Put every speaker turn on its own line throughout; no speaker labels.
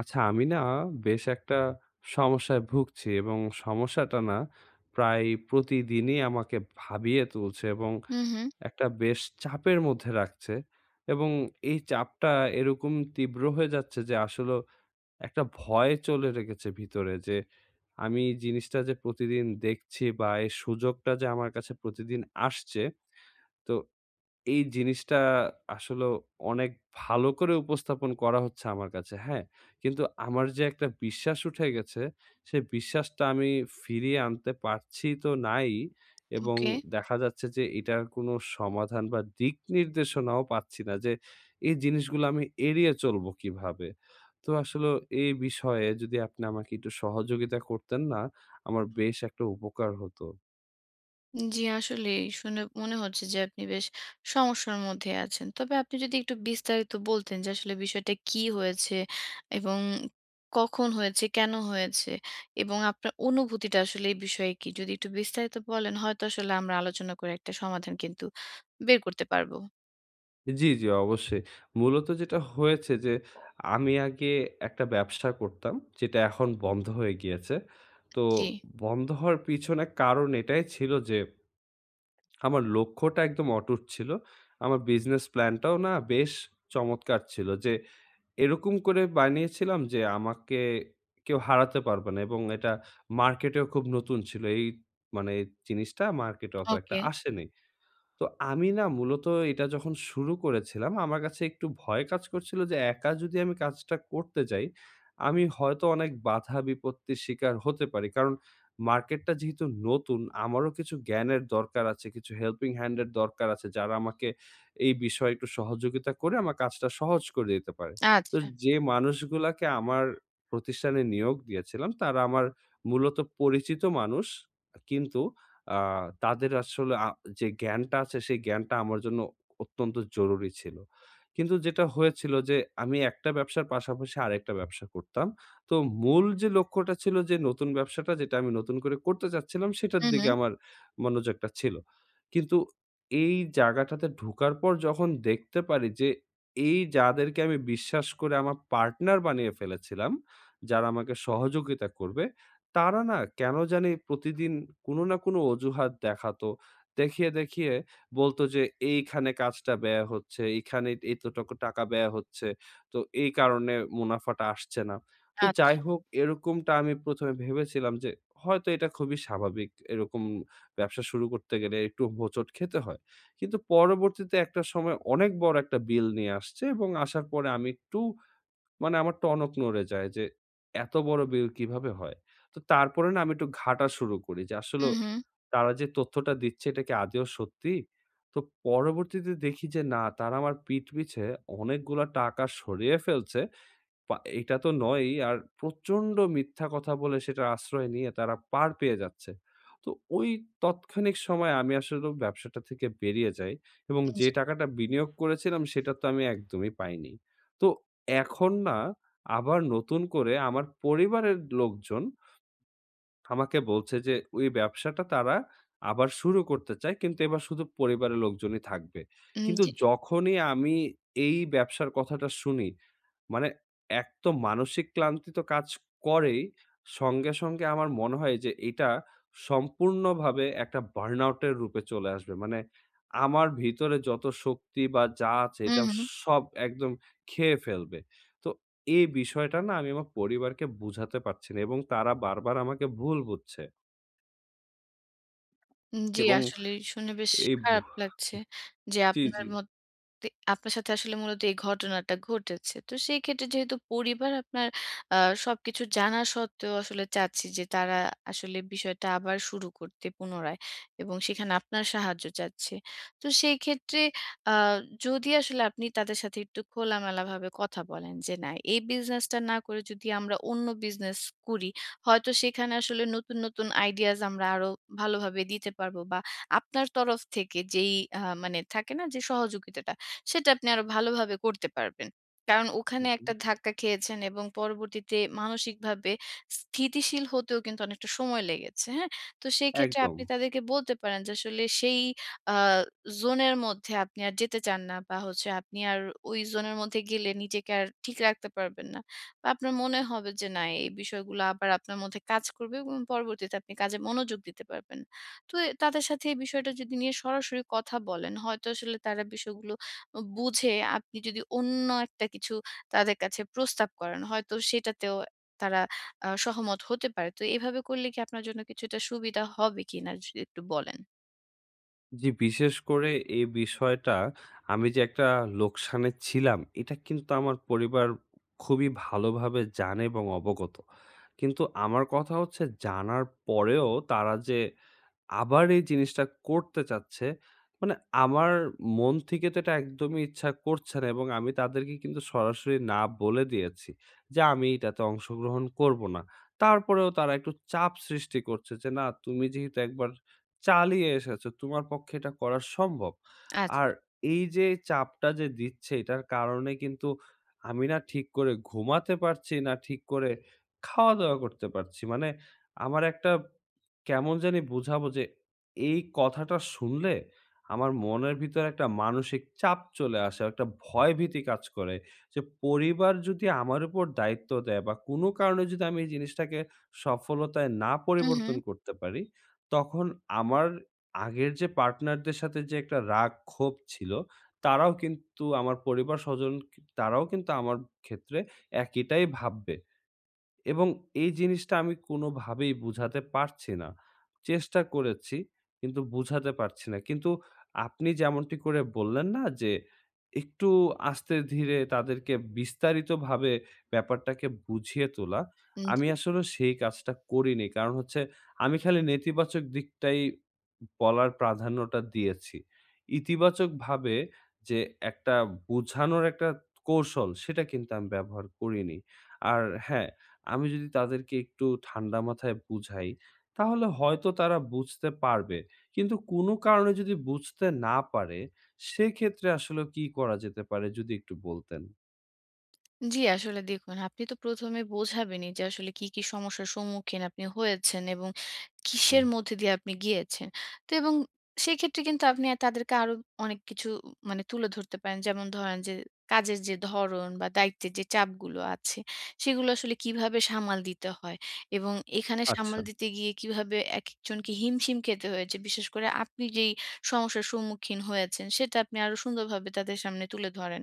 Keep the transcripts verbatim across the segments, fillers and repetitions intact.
আচ্ছা, আমি না বেশ একটা সমস্যায় ভুগছি এবং সমস্যাটা না প্রায় প্রতিদিনই আমাকে ভাবিয়ে তুলছে এবং
হুম, হুম।
একটা বেশ চাপের মধ্যে রাখছে এবং এই চাপটা এরকম তীব্র হয়ে যাচ্ছে যে আসলে একটা ভয় চলে রেখেছে ভিতরে যে আমি জিনিসটা যে প্রতিদিন দেখছি বা এই সুযোগটা যে আমার কাছে প্রতিদিন আসছে। তো এই জিনিসটা আসলেও অনেক ভালো করে উপস্থাপন করা হচ্ছে আমার কাছে, হ্যাঁ? কিন্তু আমার যে একটা বিশ্বাস উঠে গেছে, সে বিশ্বাসটা আমি ফিরিয়ে আনতে পারছি তো নাই এবং
ওকে।
দেখা যাচ্ছে যে এটার কোনো সমাধান বা দিক নির্দেশনাও পাচ্ছি না যে, এই জিনিসগুলো আমি এড়িয়ে চলবো কিভাবে? তো আসলেও এই বিষয়ে যদি আপনি আমাকে একটু সহযোগিতা করতেন না, আমার বেশ একটা উপকার হতো।
জি, আসলেই শুনে মনে হচ্ছে যে আপনি বেশ সমস্যার মধ্যে আছেন। তবে আপনি যদি একটু বিস্তারিত বলতেন যে আসলে বিষয়টা কি হয়েছে এবং কখন হয়েছে, কেন হয়েছে এবং আপনার অনুভূতিটা আসলে এই বিষয়ে কি? যদি একটু বিস্তারিত বলেন হয়তো আসলে আমরা আলোচনা করে একটা সমাধান কিন্তু বের করতে পারবো।
জি, জি, অবশ্যই। মূলত যেটা হয়েছে যে, আমি আগে একটা ব্যবসা করতাম, যেটা এখন বন্ধ হয়ে গিয়েছে। তো
জি,
বন্ধ হওয়ার পিছনে কারণ এটাই ছিল যে, আমার লক্ষ্যটা একদম অটুট ছিল। আমার বিজনেস প্ল্যানটাও না বেশ চমৎকার ছিল যে, এরকম করে বানিয়েছিলাম যে, আমাকে কেউ হারাতে পারবে না এবং এটা মার্কেটেও খুব নতুন ছিল। এই মানে এই জিনিসটা মার্কেটে অত একটা
ওকে।
আসেনি। তো আমি না মূলত এটা যখন শুরু করেছিলাম, আমার কাছে একটু ভয় কাজ করছিল যে একা যদি আমি কাজটা করতে যাই, আমি হয়তো অনেক বাধা বিপত্তির শিকার হতে পারি। কারণ মার্কেটটা যেহেতু নতুন, আমারও কিছু জ্ঞানের দরকার আছে, কিছু হেল্পিং হ্যান্ড এর দরকার আছে, যারা আমাকে এই বিষয়ে একটু সহযোগিতা করে আমার কাজটা সহজ করে দিতে পারে। তো
আচ্ছা।
যে মানুষগুলাকে আমার প্রতিষ্ঠানে নিয়োগ দিয়েছিলাম, তারা আমার মূলত পরিচিত মানুষ। কিন্তু আ তাদের আসলে আ যে জ্ঞানটা আছে সেই জ্ঞানটা আমার জন্য অত্যন্ত জরুরি ছিল। কিন্তু যেটা হয়েছিল যে আমি একটা ব্যবসার পাশাপাশি আরেকটা ব্যবসা করতাম। তো মূল যে লক্ষ্যটা ছিল যে নতুন ব্যবসাটা যেটা আমি নতুন করে করতে চাচ্ছিলাম সেটার
হুম,
দিকে
হুম।
আমার মনোযোগটা ছিল। কিন্তু এই জায়গাটাতে ঢোকার পর যখন দেখতে পারি যে এই যাদেরকে আমি বিশ্বাস করে আমার পার্টনার বানিয়ে ফেলেছিলাম, যারা আমাকে সহযোগিতা করবে তারা না কেন জানি প্রতিদিন কোনো না কোনো অজুহাত দেখাতো। দেখিয়ে, দেখিয়ে বলতো যে, "এইখানে কাজটা ব্যয় হচ্ছে, এইখানে এতটুকু টাকা ব্যয় হচ্ছে। তো এই কারণে মুনাফাটা আসছে না।" তো যাই
আচ্ছা।
হোক এরকমটা আমি প্রথম এ ভেবেছিলাম যে, হয়তো এটা খুবই স্বাভাবিক। এরকম ব্যবসা শুরু করতে গেলে একটু হোঁচট খেতে হয়। কিন্তু পরবর্তীতে একটা সময় অনেক বড় একটা বিল নিয়ে আসছে এবং আসার পরে আমি একটু মানে আমার টনক নড়ে যায় যে এত বড় বিল কিভাবে হয়? তো তারপরে না আমি একটু ঘাঁটা শুরু করি যে
হুম,
আসলেও
হুম।
তারা যে তথ্যটা দিচ্ছে এটা কি আদৌ সত্যি? তো পরবর্তীতে দেখি যে না তারা আমার পিঠ পিছে অনেকগুলা টাকা সরিয়ে ফেলছে। পা এটা তো নয়ই। আর প্রচণ্ড মিথ্যা কথা বলে সেটার আশ্রয় নিয়ে তারা পার পেয়ে যাচ্ছে। তো ওই তৎক্ষণিক সময়ে আমি আসলেও ব্যবসাটা থেকে বেরিয়ে যাই এবং যে
জি,
টাকাটা বিনিয়োগ করেছিলাম সেটা তো আমি একদমই পাইনি। তো এখন না আবার নতুন করে আমার পরিবারের লোকজন আমাকে বলছে যে ওই ব্যবসাটা তারা আবার শুরু করতে চায় কিন্তু এবার শুধু পরিবারের লোকজনই থাকবে।
উম
কিন্তু
জি।
যখনই আমি এই ব্যবসার কথাটা শুনি, মানে এক তো মানসিক ক্লান্তি তো কাজ করেই, সঙ্গে, সঙ্গে আমার মনে হয় যে এটা সম্পূর্ণভাবে একটা বার্নআউট এর রূপে চলে আসবে। মানে আমার ভিতরে যত শক্তি বা যা আছে
হুম,
এটা
হুম।
সব একদম খেয়ে ফেলবে। তো এই বিষয়টা না আমি আমার পরিবারকে বুঝাতে পারছি না এবং তারা বারবার আমাকে ভুল বুঝছে
জি,
এবং
আসলেই শুনে বেশ
এই ভু
খারাপ লাগছে যে
জি,
আপনার
জি।
মত তে আপনার সাথে আসলে মূলত এই ঘটনাটা ঘটেছে। তো সেই ক্ষেত্রে যেহেতু পরিবার আপনার আ সবকিছু জানা সত্ত্বেও আসলে চাচ্ছি যে তারা আসলে বিষয়টা আবার শুরু করতে পুনরায় এবং সেখানে আপনার সাহায্য চাচ্ছে। তো সেই ক্ষেত্রে আ যদি আসলে আপনি তাদের সাথে একটু খোলামেলাভাবে কথা বলেন যে, "না, এই বিজনেসটা না করে যদি আমরা অন্য বিজনেস করি, হয়তো সেখানে আসলে নতুন, নতুন আইডিয়াস আমরা আরো ভালোভাবে দিতে পারবো" বা আপনার তরফ থেকে যেই আ মানে থাকে না যে সহযোগিতাটা সেটা আপনি আরো ভালোভাবে করতে পারবেন। কারণ ওখানে
হুম,
একটা ধাক্কা খেয়েছেন এবং পরবর্তীতে মানসিকভাবে স্থিতিশীল হতেও কিন্তু অনেকটা সময় লেগেছে, হ্যাঁ? তো সেই ক্ষেত্রে
একদম।
আপনি তাদেরকে বলতে পারেন যে আসলে সেই আ জোনের মধ্যে আপনি আর যেতে চান না বা হচ্ছে আপনি আর ওই জোনের মধ্যে গেলে নিজেকে আর ঠিক রাখতে পারবেন না। বা আপনার মনে হবে যে না এই বিষয়গুলো আবার আপনার মধ্যে কাজ করবে এবং পরবর্তীতে আপনি কাজে মনোযোগ দিতে পারবেন না। তো এ তাদের সাথে এই বিষয়টা যদি নিয়ে সরাসরি কথা বলেন, হয়তো আসলে তারা বিষয়গুলো বুঝে আপনি যদি অন্য একটা কিছু তাদের কাছে প্রস্তাব করেন, হয়তো সেটাতেও তারা আ সহমত হতে পারে। তো এভাবে করলে কি আপনার জন্য কিছুটা সুবিধা হবে কিনা যদি একটু বলেন?
জি, বিশেষ করে এই বিষয়টা আমি যে একটা লোকসানে ছিলাম, এটা কিন্তু আমার পরিবার খুবই ভালোভাবে জানে এবং অবগত। কিন্তু আমার কথা হচ্ছে জানার পরেও তারা যে আবার এই জিনিসটা করতে চাচ্ছে। মানে আমার মন থেকে তো এটা একদমই ইচ্ছা করছে না এবং আমি তাদেরকে কিন্তু সরাসরি না বলে দিয়েছি যে, আমি এটাতে অংশগ্রহণ করব না। তারপরেও তারা একটু চাপ সৃষ্টি করছে যে, "না, তুমি যেহেতু একবার চালিয়ে এসেছো, তোমার পক্ষে এটা করা সম্ভব।"
আচ্ছা।
আর এই যে চাপটা যে দিচ্ছে, এটার কারণে কিন্তু আমি না ঠিক করে ঘুমাতে পারছি না, ঠিক করে খাওয়া-দাওয়া করতে পারছি। মানে আমার একটা কেমন জানি বুঝাবো যে এই কথাটা শুনলে আমার মনের ভিতরে একটা মানসিক চাপ চলে আসে, একটা ভয়ভীতি কাজ করে। যে পরিবার যদি আমার উপর দায়িত্ব দেয় বা কোনো কারণে যদি আমি এই জিনিসটাকে সফলতায় না
হু, হু।
পরিবর্তন করতে পারি, তখন আমার আগের যে পার্টনারদের সাথে যে একটা রাগ ক্ষোভ ছিল, তারাও কিন্তু আমার পরিবার স্বজন কি তারাও কিন্তু আমার ক্ষেত্রে একইটাই ভাববে। এবং এই জিনিসটা আমি কোনোভাবেই বুঝাতে পারছি না। চেষ্টা করেছি কিন্তু বুঝাতে পারছি না। কিন্তু আপনি যেমনটি করে বললেন না যে, একটু আস্তে ধীরে তাদেরকে বিস্তারিতভাবে ব্যাপারটাকে বুঝিয়ে তোলা। আমি
জি।
আসলে সেই কাজটা করিনি। কারণ হচ্ছে আমি খালি নেতিবাচক দিকটাই বলার প্রাধান্যটা দিয়েছি। ইতিবাচকভাবে যে একটা বোঝানোর একটা কৌশল সেটা কিন্তু আমি ব্যবহার করিনি। আর হ্যাঁ, আমি যদি তাদেরকে একটু ঠান্ডা মাথায় বুঝাই, তাহলে হয়তো তারা বুঝতে পারবে। কিন্তু কোনো কারণে যদি বুঝতে না পারে, সেক্ষেত্রে আসলে কি করা যেতে পারে যদি একটু বলতেন?
জি, আসলে দেখুন আপনি তো প্রথম এ বোঝাবেনই যে আসলে কি, কি সমস্যার সম্মুখীন আপনি হয়েছেন এবং
হুম।
কিসের মধ্যে দিয়ে আপনি গিয়েছেন। তো এবং সেক্ষেত্রে কিন্তু আপনি তাদেরকে আরো অনেক কিছু মানে তুলে ধরতে পারেন। যেমন ধরেন যে কাজের যে ধরন বা দায়িত্বের যে চাপগুলো আছে, সেগুলো আসলে কিভাবে সামাল দিতে হয় এবং এখানে
আচ্ছা,
সামাল দিতে গিয়ে কিভাবে একেকজনকে হিমশিম খেতে হয়েছে। বিশেষ করে আপনি যেই সমস্যার সম্মুখীন হয়েছেন সেটা আপনি আরো সুন্দরভাবে তাদের সামনে তুলে ধরেন।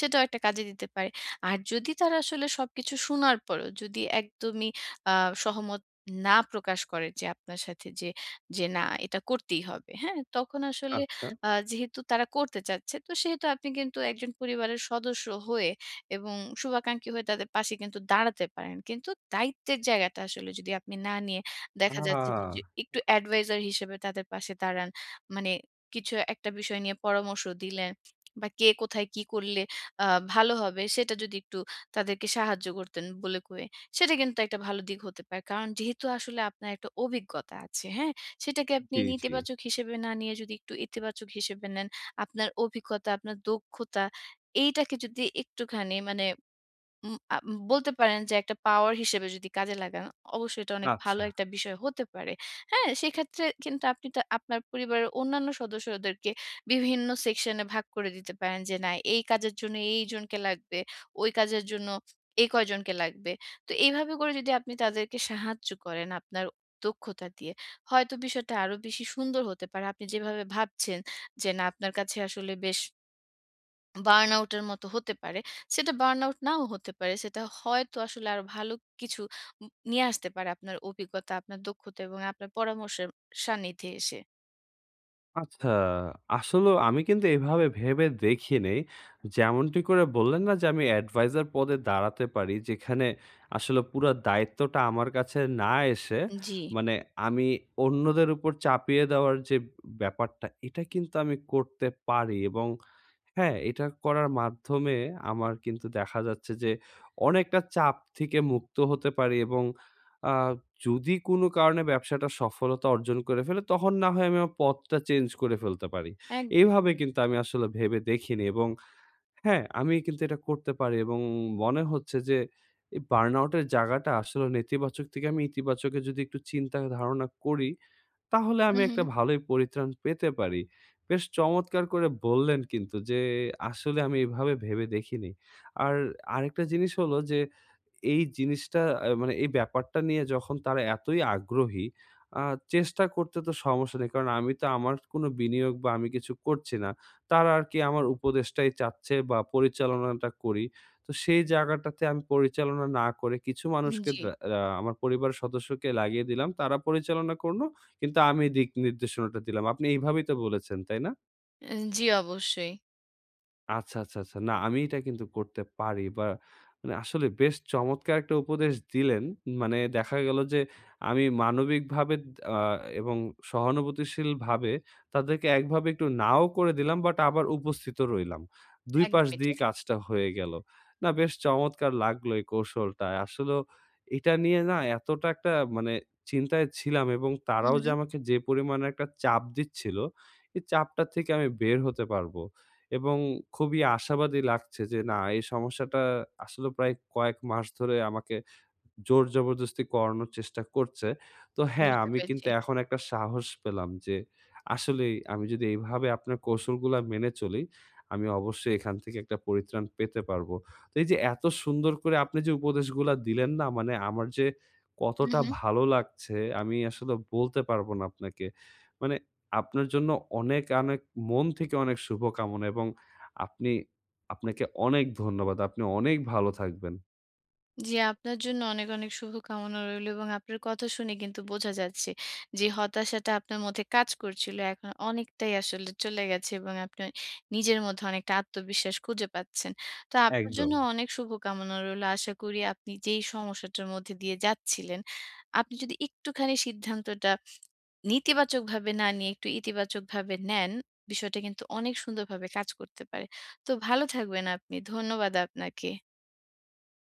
সেটাও একটা কাজে দিতে পারে। আর যদি তারা আসলে সবকিছু শোনার পরেও যদি একদমই আ সহমত না প্রকাশ করে যে আপনার সাথে যে, যে না এটা করতেই হবে, হ্যাঁ? তখন আসলে
আচ্ছা।
আ যেহেতু তারা করতে চাচ্ছে তো সেহেতু আপনি কিন্তু একজন পরিবারের সদস্য হয়ে এবং শুভাকাঙ্ক্ষী হয়ে তাদের পাশে কিন্তু দাঁড়াতে পারেন। কিন্তু দায়িত্বের জায়গাটা আসলে যদি আপনি না নিয়ে দেখা যাচ্ছে যে,
আ
যে একটু অ্যাডভাইজার হিসেবে তাদের পাশে দাঁড়ান। মানে কিছু একটা বিষয় নিয়ে পরামর্শ দিলেন বা কে কোথায় কি করলে আ ভালো হবে সেটা যদি একটু তাদেরকে সাহায্য করতেন বলে কয়ে, সেটা কিন্তু একটা ভালো দিক হতে পারে। কারণ যেহেতু আসলে আপনার একটা অভিজ্ঞতা আছে, হ্যাঁ? সেটাকে আপনি
জি, জি।
নেতিবাচক হিসেবে না নিয়ে যদি একটু ইতিবাচক হিসেবে নেন, আপনার অভিজ্ঞতা, আপনার দক্ষতা এইটাকে যদি একটুখানি মানে উম আ উম, বলতে পারেন যে একটা পাওয়ার হিসেবে যদি কাজে লাগান, অবশ্যই এটা অনেক ভালো
আচ্ছা।
একটা বিষয় হতে পারে। হ্যাঁ? সেক্ষেত্রে কিন্তু আপনি তা আপনার পরিবারের অন্যান্য সদস্যদেরকে বিভিন্ন সেকশনে ভাগ করে দিতে পারেন যে, না এই কাজের জন্য এইজনকে লাগবে, ওই কাজের জন্য এই কয়জনকে লাগবে। তো এইভাবে করে যদি আপনি তাদেরকে সাহায্য করেন আপনার দক্ষতা দিয়ে, হয়তো বিষয়টা আরো বেশি সুন্দর হতে পারে। আপনি যেভাবে ভাবছেন যে, না আপনার কাছে আসলে বেশ বার্নআউট এর মতো হতে পারে। সেটা বার্নআউট নাও হতে পারে। সেটা হয়তো আসলে আরো ভালো কিছু উম নিয়ে আসতে পারে আপনার অভিজ্ঞতা, আপনার দক্ষতা এবং আপনার পরামর্শের সান্নিধ্যে এসে।
আচ্ছা, আসলেও আমি কিন্তু এভাবে ভেবে দেখি নাই। যেমনটি করে বললেন না যে আমি অ্যাডভাইজার পদে দাঁড়াতে পারি, যেখানে আসলে পুরা দায়িত্বটা আমার কাছে না এসে
জি,
মানে আমি অন্যদের উপর চাপিয়ে দেওয়ার যে ব্যাপারটা, এটা কিন্তু আমি করতে পারি এবং হ্যাঁ, এটা করার মাধ্যমে আমার কিন্তু দেখা যাচ্ছে যে অনেকটা চাপ থেকে মুক্ত হতে পারি এবং আ যদি কোনো কারণে ব্যবসাটা সফলতা অর্জন করে ফেলে, তখন না হয় আমি আমার পথটা চেঞ্জ করে ফেলতে পারি।
একদম।
এইভাবে কিন্তু আমি আসলে ভেবে দেখিনি এবং হ্যাঁ, আমি কিন্তু এটা করতে পারি এবং মনে হচ্ছে যে এই বার্নআউট এর জায়গাটা আসলে নেতিবাচক থেকে আমি ইতিবাচকে যদি একটু চিন্তা ধারণা করি তাহলে
হু,
আমি
হু।
একটা ভালোই পরিত্রাণ পেতে পারি। বেশ চমৎকার করে বললেন কিন্তু যে আসলে আমি এভাবে ভেবে দেখিনি। আর আরেকটা জিনিস হলো যে এই জিনিসটা আ মানে এই ব্যাপারটা নিয়ে যখন তারা এতই আগ্রহী, আ চেষ্টা করতে তো সমস্যা নেই। কারণ আমি তো আমার কোনো বিনিয়োগ বা আমি কিছু করছি না। তারা আরকি আমার উপদেশটাই চাচ্ছে বা পরিচালনাটা করি। তো সেই জায়গাটাতে আমি পরিচালনা না করে কিছু মানুষকে
জি।
দা আ আমার পরিবারের সদস্যকে লাগিয়ে দিলাম। তারা পরিচালনা করল। কিন্তু আমি দিক নির্দেশনাটা দিলাম। আপনি এইভাবেই তো বলেছেন, তাই না?
অ্যা জি, অবশ্যই।
আচ্ছা, আচ্ছা, আচ্ছা। না, আমি এটা কিন্তু করতে পারি বা মানে আসলে বেশ চমৎকার একটা উপদেশ দিলেন। মানে দেখা গেল যে আমি মানবিকভাবে আ এবং সহানুভূতিশীলভাবে তাদেরকে একভাবে একটু নাও করে দিলাম বাট আবার উপস্থিত রইলাম। দুই পাশ
একদমই
দিয়েই
তাই।
কাজটা হয়ে গেল। না বেশ চমৎকার লাগলো এই কৌশলটা। আসলেও এটা নিয়ে না এতটা একটা মানে চিন্তায় ছিলাম এবং
হু,
তারাও যে
হু।
আমাকে যে পরিমাণে একটা চাপ দিচ্ছিল, এই চাপটা থেকে আমি বের হতে পারবো। এবং খুবই আশাবাদী লাগছে যে না এই সমস্যাটা আসলে প্রায় কয়েক মাস ধরে আমাকে জোর জবরদস্তি করানোর চেষ্টা করছে। তো হ্যাঁ,
বুঝতে
আমি
পেরেছি।
কিন্তু এখন একটা সাহস পেলাম যে আসলেই আমি যদি এইভাবে আপনার কৌশলগুলা মেনে চলি, আমি অবশ্যই এখান থেকে একটা পরিত্রাণ পেতে পারবো। তো এই যে এত সুন্দর করে আপনি যে উপদেশগুলা দিলেন না মানে আমার যে
হু,
কতটা
হু।
ভালো লাগছে আমি আসলে বলতে পারবো না আপনাকে। মানে আপনার জন্য অনেক, অনেক মন থেকে অনেক শুভকামনা এবং আপনি আপনাকে অনেক ধন্যবাদ। আপনি অনেক ভালো থাকবেন।
জি, আপনার জন্য অনেক, অনেক শুভকামনা রইলো এবং আপনার কথা শুনে কিন্তু বোঝা যাচ্ছে যে হতাশাটা আপনার মধ্যে কাজ করছিল এখন অনেকটাই আসলে চলে গেছে এবং আপনি নিজের মধ্যে অনেকটা আত্মবিশ্বাস খুঁজে পাচ্ছেন। তো আপনার
একদম।
জন্য অনেক শুভকামনা রইলো। আশা করি আপনি যেই সমস্যাটার মধ্যে দিয়ে যাচ্ছিলেন, আপনি যদি একটুখানি সিদ্ধান্তটা নেতিবাচকভাবে না নিয়ে একটু ইতিবাচকভাবে নেন, বিষয়টা কিন্তু অনেক সুন্দরভাবে কাজ করতে পারে। তো ভালো থাকবেন আপনি। ধন্যবাদ আপনাকে।